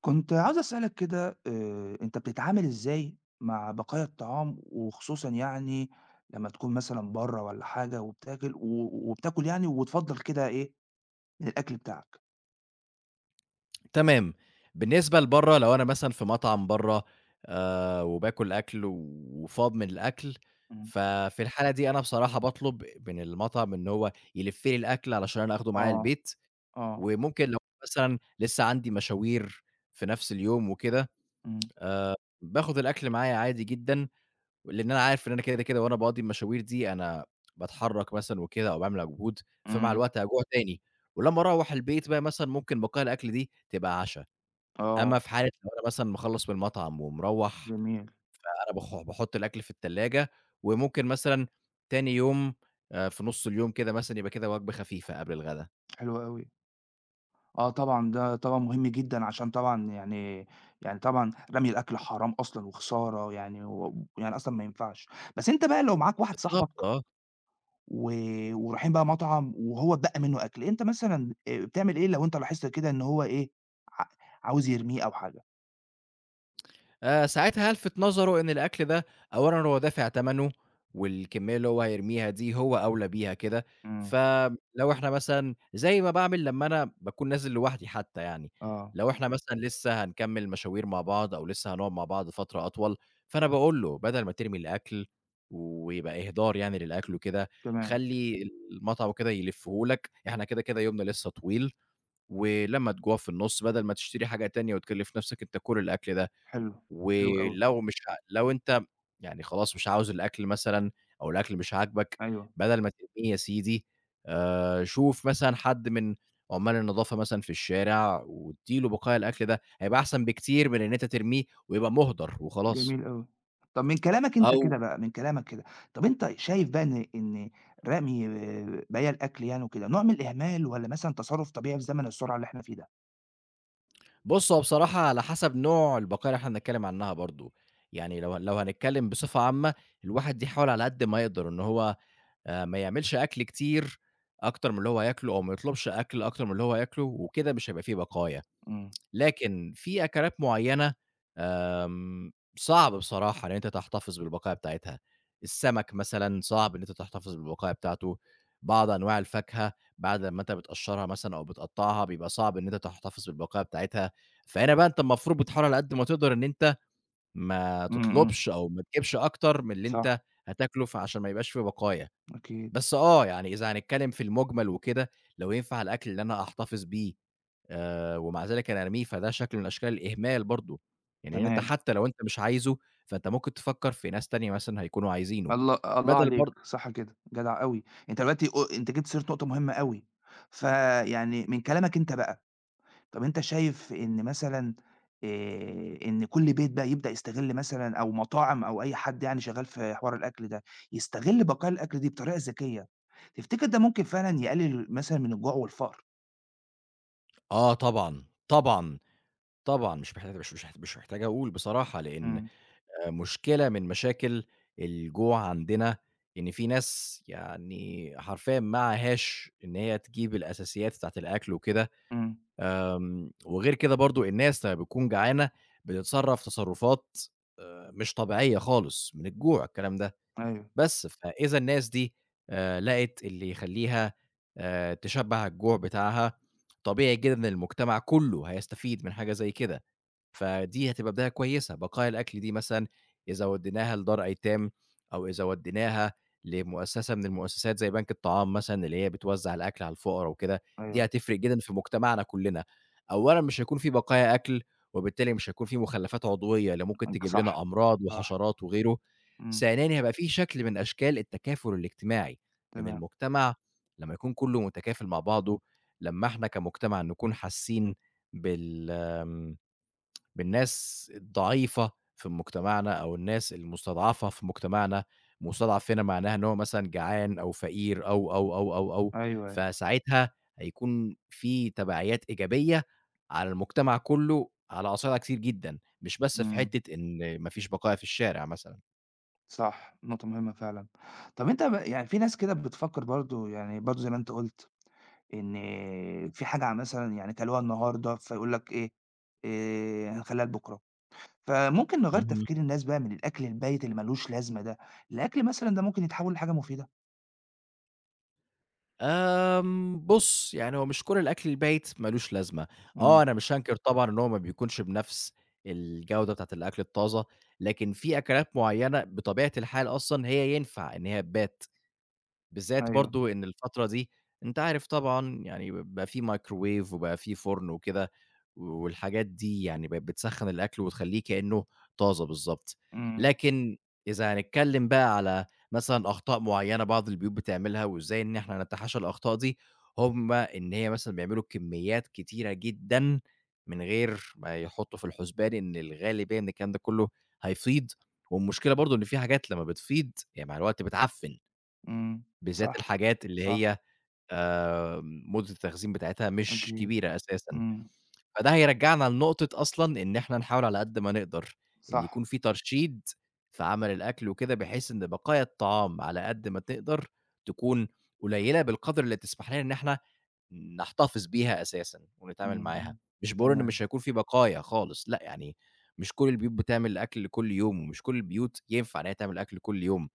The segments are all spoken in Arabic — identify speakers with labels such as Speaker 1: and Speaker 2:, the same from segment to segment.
Speaker 1: كنت عاوز أسألك كده أنت بتتعامل إزاي مع بقايا الطعام، وخصوصًا يعني لمّا تكون مثلًا برّه والّا حاجة وبتاكل وبتاكل يعني وتفضّل كده إيه من الأكل بتاعك؟
Speaker 2: تمام. بالنسبة لبرّه لو أنا مثلًا في مطعم برّه وباكل أكل وفاض من الأكل،
Speaker 1: إمم.
Speaker 2: ففي الحالة دي أنا بصراحة باطلب من المطعم إن هو يلِف لي الأكل علشان أنا آخده معايا
Speaker 1: آه.
Speaker 2: البيت،
Speaker 1: آه.
Speaker 2: وممكن لو مثلًا لسه عندي مشاوير في نفس اليوم وكده،
Speaker 1: إمم.
Speaker 2: آآ باخد الأكل معايا عادي جدًا، لإن أنا عارف إن أنا كده، كده وأنا باقضي المشاوير دي أنا باتحرّك مثلًا وكده أو باعمل مجهود، فمع
Speaker 1: إمم.
Speaker 2: الوقت هاجوع تاني، ولمّا أروّح البيت بقى مثلًا ممكن بقايا الأكل دي تبقى عشا.
Speaker 1: آه.
Speaker 2: أمّا في حالة لو أنا مثلًا مخلّص من المطعم ومروّح،
Speaker 1: جميل.
Speaker 2: أنا باحُط الأكل في التلاجة، وممكن مثلًا تاني يوم في نُص اليوم كده مثلًا يبقى كده وجبة خفيفة قبل الغدا.
Speaker 1: حلو أوي. آه طبعًا، ده طبعًا مهم جدًا عشان طبعًا يعني طبعًا رمي الأكل حرام أصلًا وخسارة يعني يعني أصلًا ما ينفعش. بس أنت بقى لو معاك واحد
Speaker 2: بالضبط
Speaker 1: صاحبك
Speaker 2: آه.
Speaker 1: و ورايحين بقى مطعم وهو اتبقى منّه أكل، أنت مثلًا بتعمل إيه لو أنت لاحظت كده إن هو إيه، ع عاوز يرميه أو حاجة؟
Speaker 2: ساعتها هالفِت نظره إن الأكل ده أولًا هو دافع تمنه، والكمية اللي هو هيرميها دي هو أولى بيها كده،
Speaker 1: إمم.
Speaker 2: فلو إحنا مثلًا زي ما باعمل لمّا أنا باكون نازل لوحدي حتى يعني،
Speaker 1: آه.
Speaker 2: لو إحنا مثلًا لسه هنكمّل مشاوير مع بعض أو لسه هنقعد مع بعض فترة أطول، فأنا باقول له: "بدل ما ترمي الأكل ويبقى إهدار يعني للأكل وكده،
Speaker 1: تمام.
Speaker 2: خلّي المطعم وكده يلفّه لك، إحنا كده، كده يومنا لسه طويل، ولمّا تجوع في النُص بدل ما تشتري حاجة تانية وتكلّف نَفْسك أنت كُل الأكل ده."
Speaker 1: حلو. حلو أوي.
Speaker 2: ولو مش ع لو أنت يعني خلاص مش عاوز الأكل مثلًا أو الأكل مش عاجبك،
Speaker 1: أيوه.
Speaker 2: بدل ما ترميه يا سيدي شوف مثلًا حد من عُمّال النضافة مثلًا في الشارع وادّي له بقايا الأكل ده، هيبقى أحسن بكتير من إن أنت ترميه ويبقى مُهدَر وخلاص.
Speaker 1: جميل أوي. طَب من كلامك أنت
Speaker 2: أو
Speaker 1: كده بقى، من كلامك كده، طَب أنت شايف بقى إن رمي آه، بقايا الأكل يعني وكده نوع من الإهمال والّا مثلًا تصرُّف طبيعي في زمن السرعة اللي إحنا فيه ده؟
Speaker 2: بُص، هو بصراحة على حسب نوع البقايا اللي إحنا بنتكلم عنها برضه، يعني لو هنتكلم بصفة عامة، الواحد يحاول على قد ما يقدر إن هو ما يعملش أكل كتير أكتر من اللي هو هياكله أو ما يطلبش أكل أكتر من اللي هو هياكله وكده مش هيبقى في بقايا.
Speaker 1: إمم.
Speaker 2: لكن في أكلات معيّنة آمم صعب بصراحة إن أنت تحتفظ بالبقايا بتاعتها. السمك مثلًا صعب إن أنت تحتفظ بالبقايا بتاعته، بعض أنواع الفاكهة بعد لمّا أنت بتقشّرها مثلًا أو بتقطّعها بيبقى صعب إن أنت تحتفظ بالبقايا بتاعتها، فهنا بقى أنت المفروض بتحاول على قد ما تقدر إن أنت ما
Speaker 1: إمم. إمم.
Speaker 2: تطلبش أو ما تجيبش أكتر من اللي أنت
Speaker 1: صح.
Speaker 2: هتاكله فعشان ما يبقاش في بقايا.
Speaker 1: أكيد.
Speaker 2: بس يعني إذا هنتكلم في المُجمل وكده، لو ينفع الأكل اللي أنا أحتفظ بيه ومع ذلك أنا أرميه، فده شكل من أشكال الإهمال برضه، يعني إن أنت
Speaker 1: تمام.
Speaker 2: حتى لو أنت مش عايزه، فأنت ممكن تفكّر في ناس تانية مثلًا هيكونوا عايزينه،
Speaker 1: الله الله
Speaker 2: بدل
Speaker 1: عليك،
Speaker 2: برض
Speaker 1: صح كده، جدع أوي. أنت دلوقتي أنت جِبت سيرة نقطة مهمة أوي، فيعني من كلامك أنت بقى، طَب أنت شايف إن مثلًا إن كل بيت بقى يبدأ يستغل مثلًا أو مطاعم أو أي حد يعني شغّال في حوار الأكل ده، يستغل بقايا الأكل دي بطريقة ذكية، تفتكر ده ممكن فعلًا يقلل مثلًا من الجوع والفقر؟
Speaker 2: آه طبعًا، طبعًا، طبعًا، مش محتاج أقول بصراحة، لإن
Speaker 1: إمم.
Speaker 2: مشكلة من مشاكل الجوع عندنا إن في ناس يعني حرفيًا معهاش إن هي تجيب الأساسيات بتاعة الأكل وكده،
Speaker 1: إمم.
Speaker 2: وغير كده برضه الناس لمّا بتكون جعانة بتتصرّف تصرُّفات مش طبيعية خالص، من الجوع الكلام ده،
Speaker 1: أيوه.
Speaker 2: بس فإذا الناس دي لقت اللي يخلّيها تشبّع الجوع بتاعها، طبيعي جدًا إن المجتمع كلّه هيستفيد من حاجة زي كده. فدي هتبقى بداية كويسة، بقايا الأكل دي مثلًا إذا ودّيناها لدار أيتام أو إذا ودّيناها لمؤسسة من المؤسسات زي بنك الطعام مثلًا اللي هي بتوزّع الأكل على الفقرا وكده، دي
Speaker 1: أيوه.
Speaker 2: هتفرق جدًا في مجتمعنا كُلّنا. أولًا مش هيكون في بقايا أكل، وبالتالي مش هيكون في مخلّفات عضوية اللي ممكن
Speaker 1: عندك
Speaker 2: تجيب لنا
Speaker 1: صح.
Speaker 2: أمراض
Speaker 1: صح.
Speaker 2: وحشرات وغيره.
Speaker 1: إمم.
Speaker 2: ثانيًا هيبقى في شكل من أشكال التكافل الاجتماعي، لإن
Speaker 1: تمام.
Speaker 2: المجتمع لمّا يكون كُلّه متكافل مع بعضه، لمّا إحنا كمجتمع نكون حاسين بال آمم بالناس الضعيفة في مجتمعنا أو الناس المستضعفة في مجتمعنا، مستضعف هنا معناها إن هو مثلًا جعان أو فقير أو، أو، أو، أو، أو،
Speaker 1: أيوه. أيوه.
Speaker 2: فساعتها هيكون في تبعيات إيجابية على المجتمع كله على أصعدة كتير جدًا، مش بس في
Speaker 1: إمم.
Speaker 2: حتة إن ما فيش بقايا في الشارع مثلًا.
Speaker 1: صح، نقطة مهمة فعلًا. طَب أنت يعني في ناس كده بتفكّر برضه يعني برضه زي ما أنت قُلت، إن في حاجة ع مثلًا يعني كلوها النهارده فيقول لك إيه، هنخلّيها لبُكرة. فممكن نغيّر
Speaker 2: اهم.
Speaker 1: تفكير الناس بقى من الأكل البايت اللي ما لوش لازمة ده، لأكل مثلًا ده ممكن يتحوّل لحاجة مفيدة.
Speaker 2: بُص، يعني هو مش كل الأكل البايت ما لوش لازمة. آه،
Speaker 1: إمم.
Speaker 2: أنا مش هانكر طبعًا إن هو ما بيكونش بنفس الجودة بتاعة الأكل الطازة، لكن في أكلات معيّنة بطبيعة الحال أصلًا هي ينفع إن هي تبات. بالذات
Speaker 1: أيوه.
Speaker 2: برضه إن الفترة دي أنت عارف طبعًا يعني بقى في مايكروويف وبقى في فرن وكده، والحاجات دي يعني بقت بتسخّن الأكل وتخلّيه كإنه طازة بالضبط.
Speaker 1: إمم.
Speaker 2: لكن إذا هنتكلم بقى على مثلًا أخطاء معيّنة بعض البيوت بتعملها وإزاي إن إحنا نتحاشى الأخطاء دي، هم إن هي مثلًا بيعملوا كميات كتيرة جدًا من غير ما يحطّوا في الحسبان إن الغالبية إن الكلام ده كلّه هيفيض، والمشكلة برضه إن في حاجات لمّا بتفيض هي مع الوقت بتعفّن.
Speaker 1: إمم.
Speaker 2: بالذات
Speaker 1: صح.
Speaker 2: الحاجات اللي
Speaker 1: صح.
Speaker 2: هي مدة التخزين بتاعتها مش
Speaker 1: أكيد.
Speaker 2: كبيرة أساسًا،
Speaker 1: إمم.
Speaker 2: فده هيرجّعنا لنقطة أصلًا إن إحنا نحاول على قد ما نقدر إن يكون
Speaker 1: صح.
Speaker 2: في ترشيد في عمل الأكل وكده، بحيث إن بقايا الطعام على قد ما تقدر تكون قليلة بالقدر اللي تسمح لنا إن إحنا نحتفظ بيها أساسًا ونتعامل
Speaker 1: إمم.
Speaker 2: معاها،
Speaker 1: إمم.
Speaker 2: مش باقول إن
Speaker 1: تمام.
Speaker 2: مش هيكون في بقايا خالص، لأ، يعني مش كل البيوت بتعمل أكل كل يوم، ومش كل البيوت ينفع إن هي تعمل أكل كل يوم.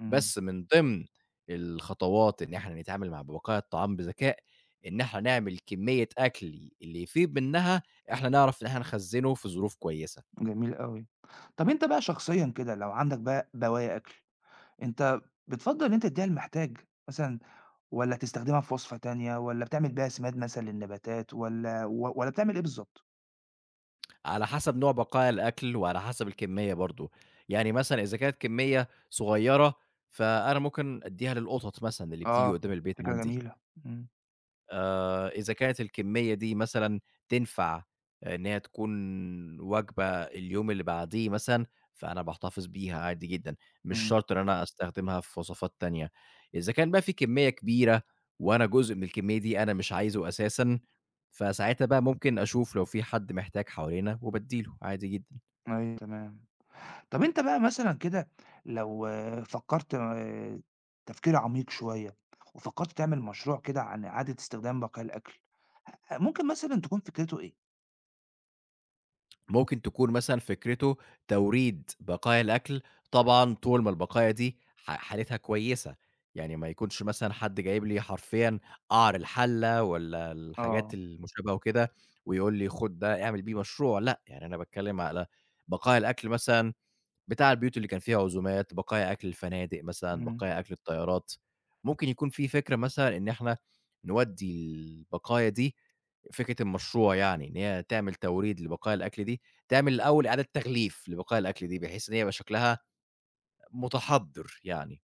Speaker 1: إمم.
Speaker 2: بس من ضمن الخطوات إن إحنا نتعامل مع بقايا الطعام بذكاء، إن إحنا نعمل كمية أكل اللي يفيض منها، إحنا نعرف إن إحنا نخزّنه في ظروف كويسة،
Speaker 1: جميل أوي. طَب أنت بقى شخصيًا كده لو عندك بقى بواقي أكل أنت بتفضّل إن أنت تدّيها للمحتاج مثلًا والّا تستخدمها في وصفة تانية والّا بتعمل بيها سماد مثلًا للنباتات والّا بتعمل إيه بالضبط؟
Speaker 2: على حسب نوع بقايا الأكل وعلى حسب الكمية برضه، يعني مثلًا إذا كانت كمية صغيرة، فأنا ممكن أدّيها للقطط مثلًا اللي بتيجي
Speaker 1: آه،
Speaker 2: قدّام البيت
Speaker 1: فكرة
Speaker 2: عندي.
Speaker 1: جميلة. إمم.
Speaker 2: إذا كانت الكمية دي مثلًا تنفع إن هي تكون وجبة اليوم اللي بعديه مثلًا، فأنا باحتفظ بيها عادي جدًا، مش
Speaker 1: إمم.
Speaker 2: شرط إن أنا أستخدمها في وصفات تانية. إذا كان بقى في كمية كبيرة وأنا جزء من الكمية دي أنا مش عايزه أساسًا، فساعتها بقى ممكن أشوف لو في حد محتاج حوالينا وبادّي له عادي جدًا.
Speaker 1: أيوه تمام. طَب أنت بقى مثلًا كده لو آه، فكّرت تفكير عميق شوية وفكّرت تعمل مشروع كده عن إعادة استخدام بقايا الأكل، أ ممكن مثلًا تكون فكرته إيه؟
Speaker 2: ممكن تكون مثلًا فكرته توريد بقايا الأكل، طبعًا طول ما البقايا دي حالتها كويسة، يعني ما يكونش مثلًا حد جايب لي حرفيًا قعر الحلة والّا الحاجات
Speaker 1: آه.
Speaker 2: المشابهة وكده، ويقول لي خُد ده اعمل بيه مشروع، لأ، يعني أنا باتكلم على بقايا الأكل مثلًا بتاع البيوت اللي كان فيها عزومات، بقايا أكل الفنادق مثلًا،
Speaker 1: إمم.
Speaker 2: بقايا أكل الطيارات، ممكن يكون في فكرة مثلًا إن إحنا نودّي البقايا دي فكرة المشروع يعني إن هي تعمل توريد لبقايا الأكل دي، تعمل الأول إعادة تغليف لبقايا الأكل دي، بحيث إن هي يبقى شكلها متحضّر يعني.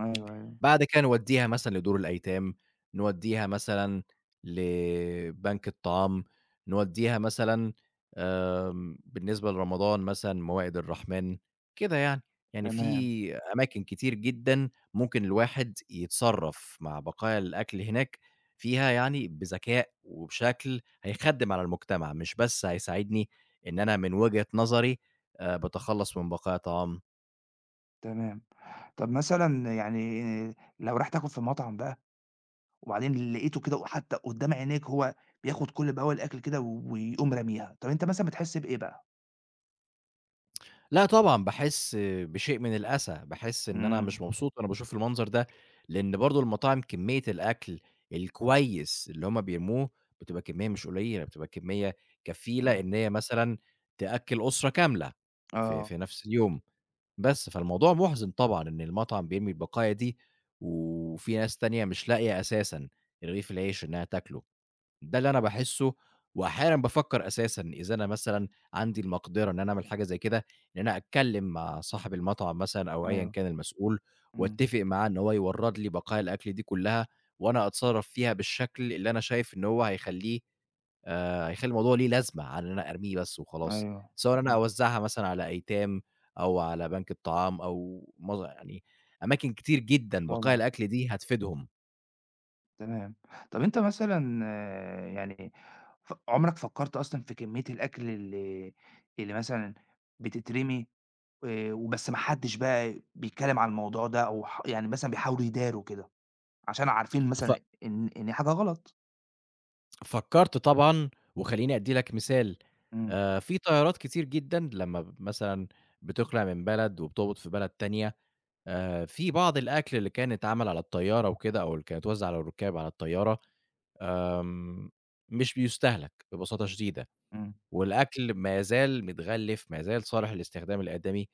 Speaker 1: أيوه. أيوه.
Speaker 2: بعد كده نودّيها مثلًا لدور الأيتام، نودّيها مثلًا لبنك الطعام، نودّيها مثلًا بالنسبة لرمضان مثلًا موائد الرحمن، كده يعني. يعني
Speaker 1: تمام.
Speaker 2: في أماكن كتير جدًا ممكن الواحد يتصرّف مع بقايا الأكل هناك فيها يعني بذكاء وبشكل هيخدِّم على المجتمع، مش بس هيساعدني إن أنا من وجهة نظري باتخلّص من بقايا طعام.
Speaker 1: تمام. طَب مثلًا يعني لو رايح تاكل في مطعم بقى وبعدين لقيته كده حتى قدّام عينيك هو بياخد كل بواقي الأكل كده ويقوم راميها، طب أنت مثلًا بتحس بإيه بقى؟
Speaker 2: لأ طبعًا، باحس بشيء من الأسى، باحس إن أنا
Speaker 1: إمم.
Speaker 2: مش مبسوط وأنا باشوف المنظر ده، لإن برضه المطاعم كمية الأكل الكويس اللي هم بيرموه بتبقى كمية مش قليلة، بتبقى كمية كفيلة
Speaker 1: إمم.
Speaker 2: إن هي مثلًا تأكّل أسرة كاملة في
Speaker 1: آه.
Speaker 2: في نفس اليوم، بس فالموضوع مُحزِن طبعًا إن المطعم بيرمي البقايا دي، وفي ناس تانية مش لاقية أساسًا رغيف العيش إنها تاكله. ده اللي أنا باحسّه، وأحيانًا بافكّر أساسًا إذا أنا مثلًا عندي المقدرة إن أنا أعمل حاجة زي كده، إن أنا أتكلّم مع صاحب المطعم مثلًا أو أيًا
Speaker 1: أيوه.
Speaker 2: كان المسؤول،
Speaker 1: إمم.
Speaker 2: واتّفق معاه إن هو يورّد لي بقايا الأكل دي كلّها، وأنا أتصرّف فيها بالشكل اللي أنا شايف إن هو هيخلّي الموضوع ليه لازمة عن إن أنا أرميه بس وخلاص،
Speaker 1: أيوه.
Speaker 2: سواء أنا
Speaker 1: إمم.
Speaker 2: أوزّعها مثلًا على أيتام أو على بنك الطعام أو يعني أماكن كتير جدًا بقايا
Speaker 1: طبعًا.
Speaker 2: الأكل دي هتفيدهم.
Speaker 1: تمام. طب أنت مثلًا آه، يعني عمرك فكّرت أصلًا في كمية الأكل اللي مثلًا بتترمي وبس ما حدش بقى بيتكلم على الموضوع ده أو يعني مثلًا بيحاولوا يداروا كده، عشان عارفين
Speaker 2: ف
Speaker 1: مثلًا إن حاجة غلط؟
Speaker 2: فكّرت طبعًا، وخلّيني أدّي لك مثال،
Speaker 1: إمم.
Speaker 2: في طيارات كتير جدًا لمّا مثلًا بتخلع من بلد وبتهبط في بلد تانية، في بعض الأكل اللي كان اتعمل على الطيارة وكده أو اللي كان اتوزّع على الرُكّاب على الطيارة، آمم مش بيُستهلك ببساطة شديدة،
Speaker 1: إمم.
Speaker 2: والأكل ما يزال متغلّف، ما يزال صالح للاستخدام الآدمي،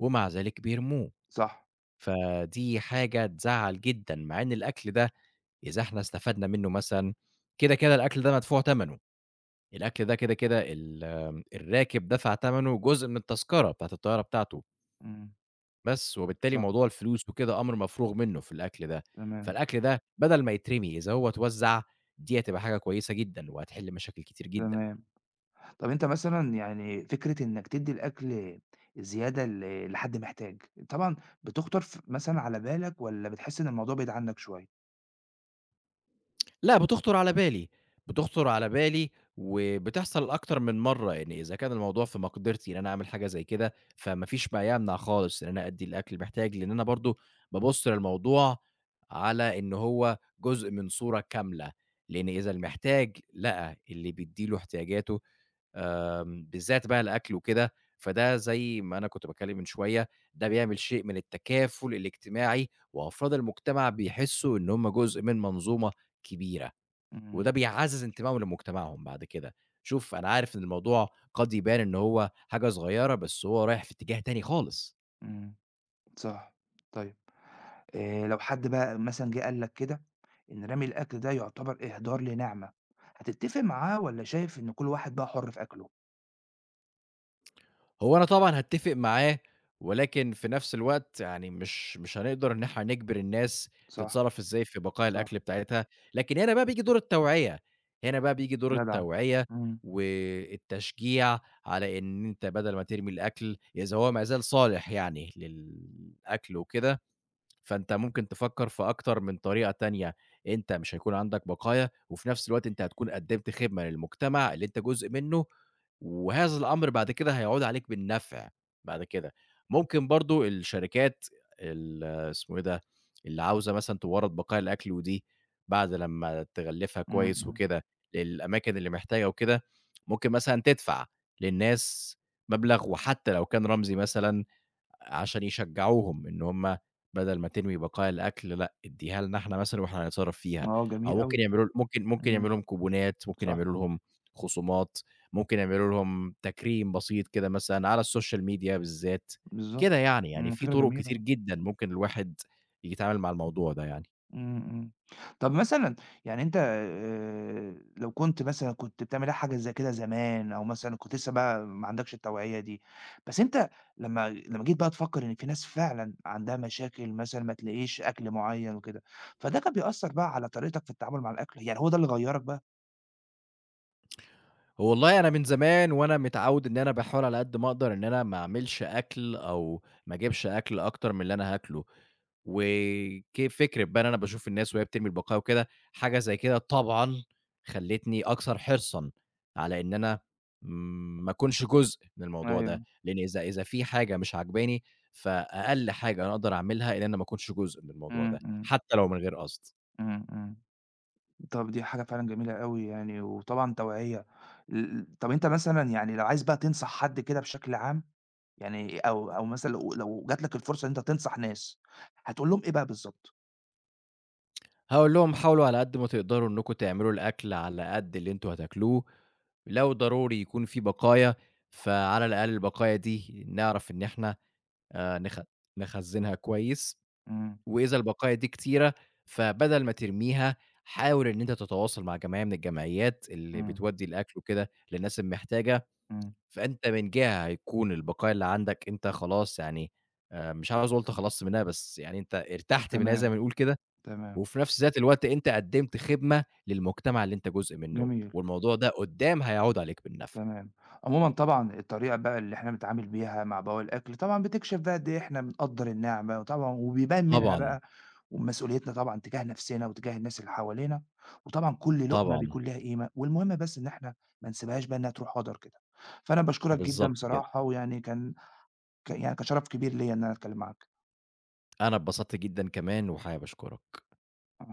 Speaker 2: ومع ذلك بيرموه،
Speaker 1: صح.
Speaker 2: فدي حاجة تزعّل جدًا، مع إن الأكل ده إذا إحنا استفدنا منّه مثلًا، كده، كده الأكل ده مدفوع تمنه. الأكل ده كده، كده ال آم، الراكب دفع تمنه جزء من التذكرة بتاعة الطيارة بتاعته،
Speaker 1: إمم.
Speaker 2: بس وبالتالي
Speaker 1: صح.
Speaker 2: موضوع الفلوس وكده أمر مفروغ منه في الأكل ده،
Speaker 1: تمام.
Speaker 2: فالأكل ده بدل ما يترمي إذا هو اتوزّع، دي هتبقى حاجة كويسة جدًا وهتحل مشاكل كتير جدًا.
Speaker 1: تمام. طب أنت مثلًا يعني فكرة إنّك تدّي الأكل زيادة لحد محتاج، طبعًا بتخطر مثلًا على بالك والّا بتحس إن الموضوع بعيد عنّك شوية؟
Speaker 2: لأ، بتخطر على بالي، بتخطر على بالي وبتحصل أكتر من مرّة، يعني إذا كان الموضوع في مقدرتي إن أنا أعمل حاجة زي كده، فما فيش ما يمنع خالص إن أنا أدّي الأكل المحتاج، لإن أنا برضه بابُص للموضوع على إن هو جزء من صورة كاملة، لإن إذا المحتاج لقى اللي بيدّي له احتياجاته، بالذات بقى الأكل وكده، فده زي ما أنا كنت باتكلم من شوية، ده بيعمل شيء من التكافل الاجتماعي، وأفراد المجتمع بيحسّوا إن هُم جزء من منظومة كبيرة. وده
Speaker 1: إمم.
Speaker 2: بيعزّز انتمائهم لمجتمعهم بعد كده. شوف أنا عارف إن الموضوع قد يبان إن هو حاجة صغيّرة، بس هو رايح في اتجاه تاني خالص.
Speaker 1: إمم. صح. طيب لو حد بقى مثلًا جه قال لك كده إن رمي الأكل ده يعتبر إهدار لنعمة، هتتّفق معاه والّا شايف إن كل واحد بقى حُر في أكله؟
Speaker 2: هو أنا طبعًا هاتّفق معاه، ولكن في نفس الوقت يعني مش هنقدر إن إحنا نجبر الناس
Speaker 1: صح.
Speaker 2: تتصرّف إزاي في بقايا
Speaker 1: صح.
Speaker 2: الأكل بتاعتها. لكن هنا بقى بييجي دور التوعية، هنا بقى بييجي دور
Speaker 1: جدع.
Speaker 2: التوعية
Speaker 1: إمم.
Speaker 2: والتشجيع على إن أنت بدل ما ترمي الأكل إذا هو ما زال صالح يعني للأكل وكده فأنت ممكن تفكّر في أكتر من طريقة تانية، أنت مش هيكون عندك بقايا، وفي نفس الوقت أنت هتكون قدّمت خدمة للمجتمع اللي أنت جزء منّه، وهذا الأمر بعد كده هيعود عليك بالنفع بعد كده. ممكن برضه الشركات ال اسمه إيه ده، اللي عاوزة مثلًا تورّد بقايا الأكل ودي بعد لمّا تغلّفها
Speaker 1: إمم.
Speaker 2: كويس
Speaker 1: إمم.
Speaker 2: وكده للأماكن اللي محتاجة وكده، ممكن مثلًا تدفع للناس مبلغ وحتى لو كان رمزي مثلًا عشان يشجعوهم إن هم بدل ما ترمي بقايا الأكل لأ، ادّيها لنا إحنا مثلًا وإحنا هنتصرّف فيها،
Speaker 1: آه،
Speaker 2: أو
Speaker 1: جميل
Speaker 2: ممكن
Speaker 1: أوي.
Speaker 2: يعملوا ممكن يعملوا
Speaker 1: إمم.
Speaker 2: لهم كوبونات، ممكن
Speaker 1: صح.
Speaker 2: يعملوا لهم خصومات، ممكن يعملوا لهم تكريم بسيط كده مثلًا على السوشيال ميديا بالذات،
Speaker 1: بالضبط.
Speaker 2: كده يعني، يعني
Speaker 1: إمم،
Speaker 2: في
Speaker 1: فكرة
Speaker 2: طرق كتير
Speaker 1: جميلة.
Speaker 2: جدًا ممكن الواحد يتعامل مع الموضوع ده يعني.
Speaker 1: إمم. إمم. طب مثلًا يعني أنت لو كنت مثلًا كنت بتعمل حاجة زي كده زمان أو مثلًا كنت لسه بقى ما عندكش التوعية دي، بس أنت لمّا جيت بقى تفكّر إن في ناس فعلًا عندها مشاكل مثلًا ما تلاقيش أكل معيّن وكده، فده كان بيأثّر بقى على طريقتك في التعامل مع الأكل؟ يعني هو ده اللي غيّرك بقى؟
Speaker 2: والله أنا من زمان وأنا متعوّد إن أنا باحاول على قد ما أقدر إن أنا ما أعملش أكل أو ما أجيبش أكل أكتر من اللي أنا هاكله، وك فكرة بقى إن أنا باشوف الناس وهي بترمي البقايا وكده، حاجة زي كده طبعًا خلّتني أكثر حرصًا على إن أنا ما أكونش جزء من الموضوع
Speaker 1: أيوه.
Speaker 2: ده، لإن إذا في حاجة مش عاجباني، فأقل حاجة أنا أقدر أعملها إن أنا ما أكونش جزء من الموضوع ده،
Speaker 1: إمم. إمم.
Speaker 2: حتى لو من غير قصد.
Speaker 1: إمم. إمم. طب دي حاجة فعلًا جميلة أوي يعني وطبعًا توعية. طب أنت مثلًا يعني لو عايز بقى تنصح حد كده بشكل عام يعني أو مثلًا لو جات لك الفرصة إن أنت تنصح ناس، هتقول لهم إيه بقى بالضبط؟
Speaker 2: هاقول لهم حاولوا على قد ما تقدروا إنكم تعملوا الأكل على قد اللي أنتم هتاكلوه، لو ضروري يكون في بقايا، فعلى الأقل البقايا دي نعرف إن إحنا آآ نخ نخزّنها كويس،
Speaker 1: إمم.
Speaker 2: وإذا البقايا دي كتيرة، فبدل ما ترميها حاول إن أنت تتواصل مع جمعية من الجمعيات اللي
Speaker 1: إمم.
Speaker 2: بتودّي الأكل وكده للناس المحتاجة،
Speaker 1: إمم.
Speaker 2: فأنت من جهة هيكون البقايا اللي عندك أنت خلاص يعني مش عاوز أقول تخلّصت منها، بس يعني أنت ارتحت منها زي
Speaker 1: تمام.
Speaker 2: ما بنقول كده.
Speaker 1: تمام.
Speaker 2: وفي نفس ذات الوقت أنت قدّمت خدمة للمجتمع اللي أنت جزء منّه،
Speaker 1: جميل.
Speaker 2: والموضوع ده قدّام هيعود عليك بالنفع.
Speaker 1: تمام. عمومًا طبعًا الطريقة بقى اللي إحنا بنتعامل بيها مع بواقي الأكل طبعًا بتكشف بقى قد إيه إحنا بنقدّر النعمة، وطبعًا وبيبان منها
Speaker 2: طبعًا،
Speaker 1: بقى ومسؤوليتنا طبعًا تجاه نفسنا وتجاه الناس اللي حوالينا، وطبعًا كل لقمة
Speaker 2: طبعًا،
Speaker 1: بيكون ليها قيمة، والمهم بس إن إحنا ما نسيبهاش بقى إنها تروح هدر كده. فأنا باشكرك جدًا
Speaker 2: بالضبط كده.
Speaker 1: بصراحة، ويعني كان يعني كان شرف كبير ليّا إن أنا أتكلم معاك.
Speaker 2: أنا اتبسطت جدًا كمان وحابب أشكرك.
Speaker 1: مع الس